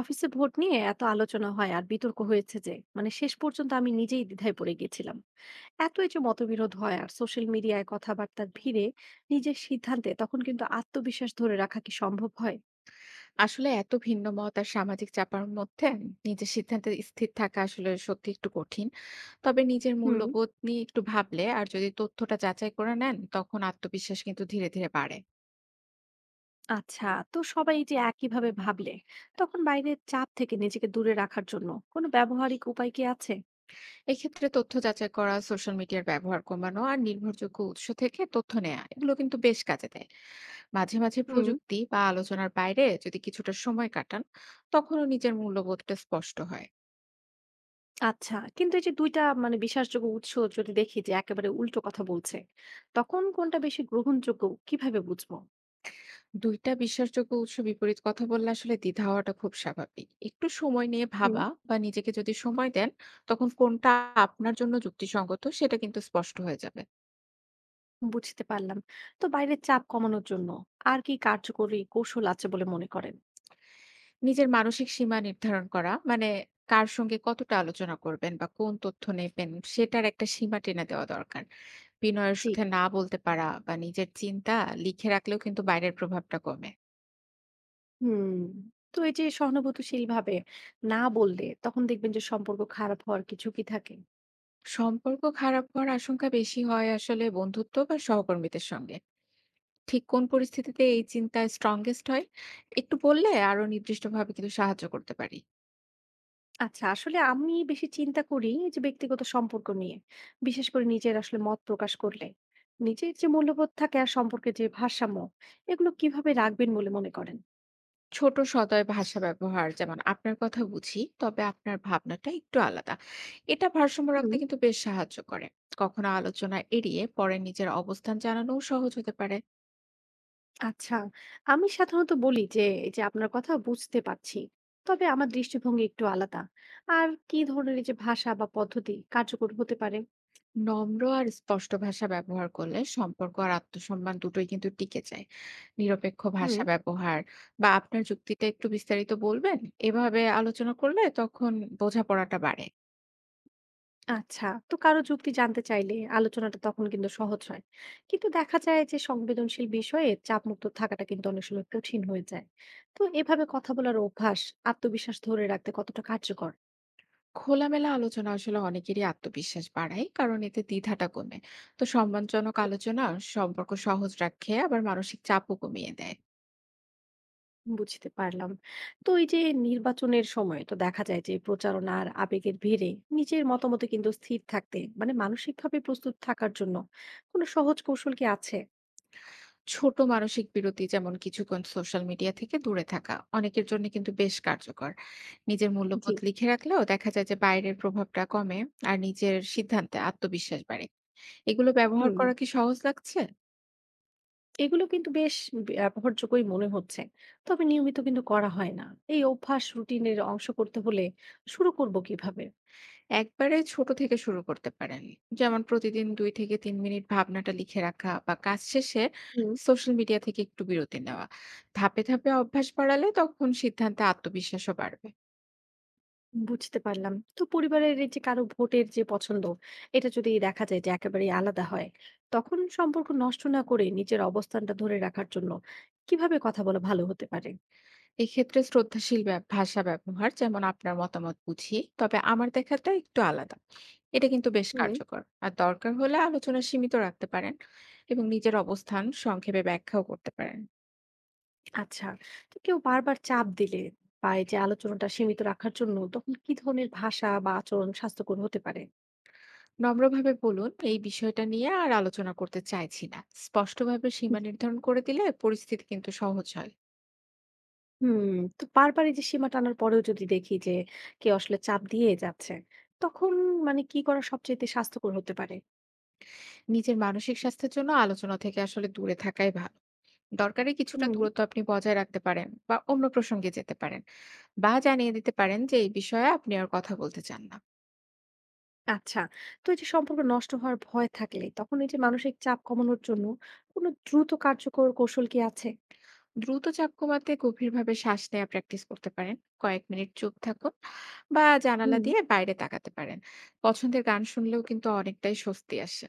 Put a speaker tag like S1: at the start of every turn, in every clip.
S1: অফিসে ভোট নিয়ে এত আলোচনা হয় আর বিতর্ক হয়েছে যে শেষ পর্যন্ত আমি নিজেই দ্বিধায় পড়ে গেছিলাম। এত এই যে মতবিরোধ হয় আর সোশ্যাল মিডিয়ায় কথাবার্তার ভিড়ে নিজের সিদ্ধান্তে তখন কিন্তু আত্মবিশ্বাস ধরে রাখা কি সম্ভব হয়?
S2: আসলে এত ভিন্ন মত আর সামাজিক চাপের মধ্যে নিজের সিদ্ধান্তে স্থির থাকা আসলে সত্যি একটু কঠিন। তবে নিজের
S1: হুম।
S2: মূল্যবোধ নিয়ে একটু ভাবলে আর যদি তথ্যটা যাচাই করে নেন, তখন আত্মবিশ্বাস কিন্তু ধীরে, ধীরে বাড়ে।
S1: আচ্ছা। তো সবাই এই যে একইভাবে ভাবলে তখন বাইরের চাপ থেকে নিজেকে দূরে রাখার জন্য কোনো ব্যবহারিক উপায় কি আছে?
S2: এক্ষেত্রে তথ্য যাচাই করা, সোশ্যাল মিডিয়ার ব্যবহার কমানো আর নির্ভরযোগ্য উৎস থেকে তথ্য নেয়া, এগুলো কিন্তু বেশ কাজে দেয়। মাঝে, মাঝে
S1: হুম।
S2: প্রযুক্তি বা আলোচনার বাইরে যদি কিছুটা সময় কাটান, তখনও নিজের মূল্যবোধটা স্পষ্ট হয়।
S1: আচ্ছা, কিন্তু এই যে দুইটা বিশ্বাসযোগ্য উৎস যদি দেখি যে একেবারে উল্টো কথা বলছে, তখন কোনটা বেশি গ্রহণযোগ্য, কিভাবে বুঝবো?
S2: দুইটা বিশ্বাসযোগ্য উৎস বিপরীত কথা বললে আসলে দ্বিধা হওয়াটা খুব স্বাভাবিক। একটু সময় নিয়ে ভাবা বা নিজেকে যদি সময় দেন, তখন কোনটা আপনার জন্য যুক্তিসঙ্গত সেটা কিন্তু স্পষ্ট হয়ে যাবে।
S1: বুঝতে পারলাম। তো বাইরের চাপ কমানোর জন্য আর কি কার্যকরী কৌশল আছে বলে মনে করেন?
S2: নিজের মানসিক সীমা নির্ধারণ করা মানে কার সঙ্গে কতটা আলোচনা করবেন বা কোন তথ্য নেবেন সেটার একটা সীমা টেনে দেওয়া দরকার। বিনয়ের
S1: জি।
S2: সাথে না বলতে পারা বা নিজের চিন্তা লিখে রাখলেও কিন্তু বাইরের প্রভাবটা কমে।
S1: হুম। তো এই যে সহানুভূতিশীলভাবে না বললে তখন দেখবেন যে সম্পর্ক খারাপ হওয়ার কি ঝুঁকি থাকে?
S2: সম্পর্ক খারাপ হওয়ার আশঙ্কা বেশি হয় আসলে বন্ধুত্ব বা সহকর্মীদের সঙ্গে। ঠিক কোন পরিস্থিতিতে এই চিন্তা স্ট্রংগেস্ট হয়, একটু বললে আরো নির্দিষ্টভাবে কিন্তু সাহায্য করতে পারি।
S1: আচ্ছা, আসলে আমি বেশি চিন্তা করি এই যে ব্যক্তিগত সম্পর্ক নিয়ে। বিশেষ করে নিজের আসলে মত প্রকাশ করলে। নিজের যে মূল্যবোধ থাকে আর সম্পর্কের যে ভারসাম্য, এগুলো কিভাবে রাখবেন বলে মনে করেন?
S2: ছোট সদয় ভাষা ব্যবহার, যেমন আপনার কথা বুঝি, তবে আপনার ভাবনাটা একটু আলাদা, এটা ভারসাম্য
S1: হুম।
S2: রাখতে কিন্তু বেশ সাহায্য করে। কখনো আলোচনা এড়িয়ে পরে নিজের অবস্থান জানানোও সহজ হতে পারে।
S1: আচ্ছা, আমি সাধারণত বলি যে এই যে আপনার কথা বুঝতে পারছি। তবে আমার দৃষ্টিভঙ্গি একটু আলাদা। আর কি ধরনের এই যে ভাষা বা পদ্ধতি কার্যকর হতে পারে?
S2: নম্র আর স্পষ্ট ভাষা ব্যবহার করলে সম্পর্ক আর আত্মসম্মান দুটোই কিন্তু টিকে যায়। নিরপেক্ষ
S1: হুম।
S2: ভাষা ব্যবহার বা আপনার যুক্তিটা একটু বিস্তারিত বলবেন, এভাবে আলোচনা করলে তখন বোঝাপড়াটা বাড়ে।
S1: আচ্ছা, তো কারো যুক্তি জানতে চাইলে আলোচনাটা তখন কিন্তু সহজ হয়। কিন্তু দেখা যায় যে সংবেদনশীল বিষয়ে চাপমুক্ত থাকাটা কিন্তু অনেক সময় কঠিন হয়ে যায়। তো এভাবে কথা বলার অভ্যাস আত্মবিশ্বাস ধরে রাখতে কতটা কার্যকর?
S2: খোলামেলা আলোচনা আসলে অনেকেরই আত্মবিশ্বাস বাড়ায়, কারণ এতে দ্বিধাটা কমে। তো সম্মানজনক আলোচনা সম্পর্ক সহজ রাখে, আবার মানসিক চাপও কমিয়ে দেয়।
S1: বুঝতে পারলাম। তো এই যে নির্বাচনের সময় তো দেখা যায় যে প্রচারণা আর আবেগের ভিড়ে নিজের মতামতে কিন্তু স্থির থাকতে মানসিকভাবে প্রস্তুত থাকার জন্য কোনো সহজ কৌশল কি আছে?
S2: ছোট মানসিক বিরতি, যেমন কিছুক্ষণ সোশ্যাল মিডিয়া থেকে দূরে থাকা, অনেকের জন্য কিন্তু বেশ কার্যকর। নিজের
S1: জি।
S2: মূল্যবোধ লিখে রাখলেও দেখা যায় যে বাইরের প্রভাবটা কমে আর নিজের সিদ্ধান্তে আত্মবিশ্বাস বাড়ে। এগুলো ব্যবহার
S1: হুম,
S2: করা কি সহজ লাগছে?
S1: এগুলো কিন্তু বেশ ব্যবহারযোগ্যই মনে হচ্ছে। তবে নিয়মিত কিন্তু করা হয় না। এই অভ্যাস রুটিনের অংশ করতে হলে শুরু করব কিভাবে?
S2: একবারে ছোট থেকে শুরু করতে পারেন। যেমন প্রতিদিন ২ থেকে ৩ মিনিট ভাবনাটা লিখে রাখা বা কাজ শেষে
S1: হুম।
S2: সোশ্যাল মিডিয়া থেকে একটু বিরতি নেওয়া। ধাপে, ধাপে অভ্যাস বাড়ালে তখন সিদ্ধান্তে আত্মবিশ্বাসও বাড়বে।
S1: বুঝতে পারলাম। তো পরিবারের এই যে কারো ভোটের যে পছন্দ, এটা যদি দেখা যায় যে একেবারেই আলাদা হয়, তখন সম্পর্ক নষ্ট না করে নিজের অবস্থানটা ধরে রাখার জন্য কিভাবে কথা বলা ভালো হতে পারে?
S2: এক্ষেত্রে শ্রদ্ধাশীল ভাষা ব্যবহার, যেমন আপনার মতামত বুঝি, তবে আমার দেখাটা একটু আলাদা, এটা কিন্তু বেশ
S1: হুম।
S2: কার্যকর। আর দরকার হলে আলোচনা সীমিত রাখতে পারেন এবং নিজের অবস্থান সংক্ষেপে ব্যাখ্যাও করতে পারেন।
S1: আচ্ছা, তো কেউ বারবার চাপ দিলে বা এই যে আলোচনাটা সীমিত রাখার জন্য তখন কি ধরনের ভাষা বা আচরণ স্বাস্থ্যকর হতে পারে?
S2: নম্রভাবে বলুন, এই বিষয়টা নিয়ে আর আলোচনা করতে চাইছি না। স্পষ্টভাবে সীমা নির্ধারণ করে দিলে পরিস্থিতি কিন্তু সহজ হয়।
S1: হুম, তো বারবার এই যে সীমা টানার পরেও যদি দেখি যে কেউ আসলে চাপ দিয়ে যাচ্ছে, তখন কি করা সবচাইতে স্বাস্থ্যকর হতে পারে?
S2: নিজের মানসিক স্বাস্থ্যের জন্য আলোচনা থেকে আসলে দূরে থাকাই ভালো। দরকারে কিছুটা
S1: হুম।
S2: দূরত্ব আপনি বজায় রাখতে পারেন বা অন্য প্রসঙ্গে যেতে পারেন, বা জানিয়ে দিতে পারেন যে এই বিষয়ে আপনি আর কথা বলতে চান না।
S1: আচ্ছা। তো এই যে সম্পর্ক নষ্ট হওয়ার ভয় থাকলে তখন এই যে মানসিক চাপ কমানোর জন্য কোনো দ্রুত কার্যকর কৌশল কি আছে?
S2: দ্রুত চাপ কমাতে গভীরভাবে শ্বাস নেওয়া প্র্যাকটিস করতে পারেন, কয়েক মিনিট চুপ থাকুন, বা জানালা
S1: হুম,
S2: দিয়ে বাইরে তাকাতে পারেন। পছন্দের গান শুনলেও কিন্তু অনেকটাই স্বস্তি আসে।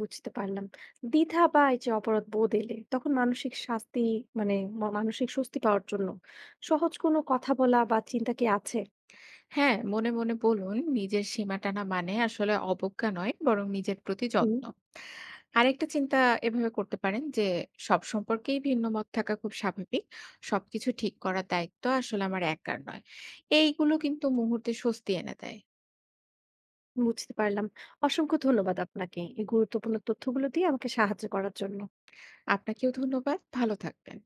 S1: বুঝতে পারলাম। দ্বিধা বা এই যে অপরাধ বোধ এলে তখন মানসিক শাস্তি মানে মা মানসিক স্বস্তি পাওয়ার জন্য সহজ কোনো কথা বলা বা চিন্তা কি আছে?
S2: হ্যাঁ, মনে, মনে বলুন, নিজের সীমা টানা মানে আসলে অবজ্ঞা নয়, বরং নিজের প্রতি
S1: হুম।
S2: যত্ন। আরেকটা চিন্তা এভাবে করতে পারেন যে, সব সম্পর্কেই ভিন্ন মত থাকা খুব স্বাভাবিক। সবকিছু ঠিক করার দায়িত্ব আসলে আমার একার নয়। এইগুলো কিন্তু মুহূর্তে স্বস্তি এনে দেয়।
S1: বুঝতে পারলাম। অসংখ্য ধন্যবাদ আপনাকে। এই গুরুত্বপূর্ণ তথ্যগুলো দিয়ে আমাকে সাহায্য করার জন্য।
S2: আপনাকেও ধন্যবাদ। ভালো থাকবেন।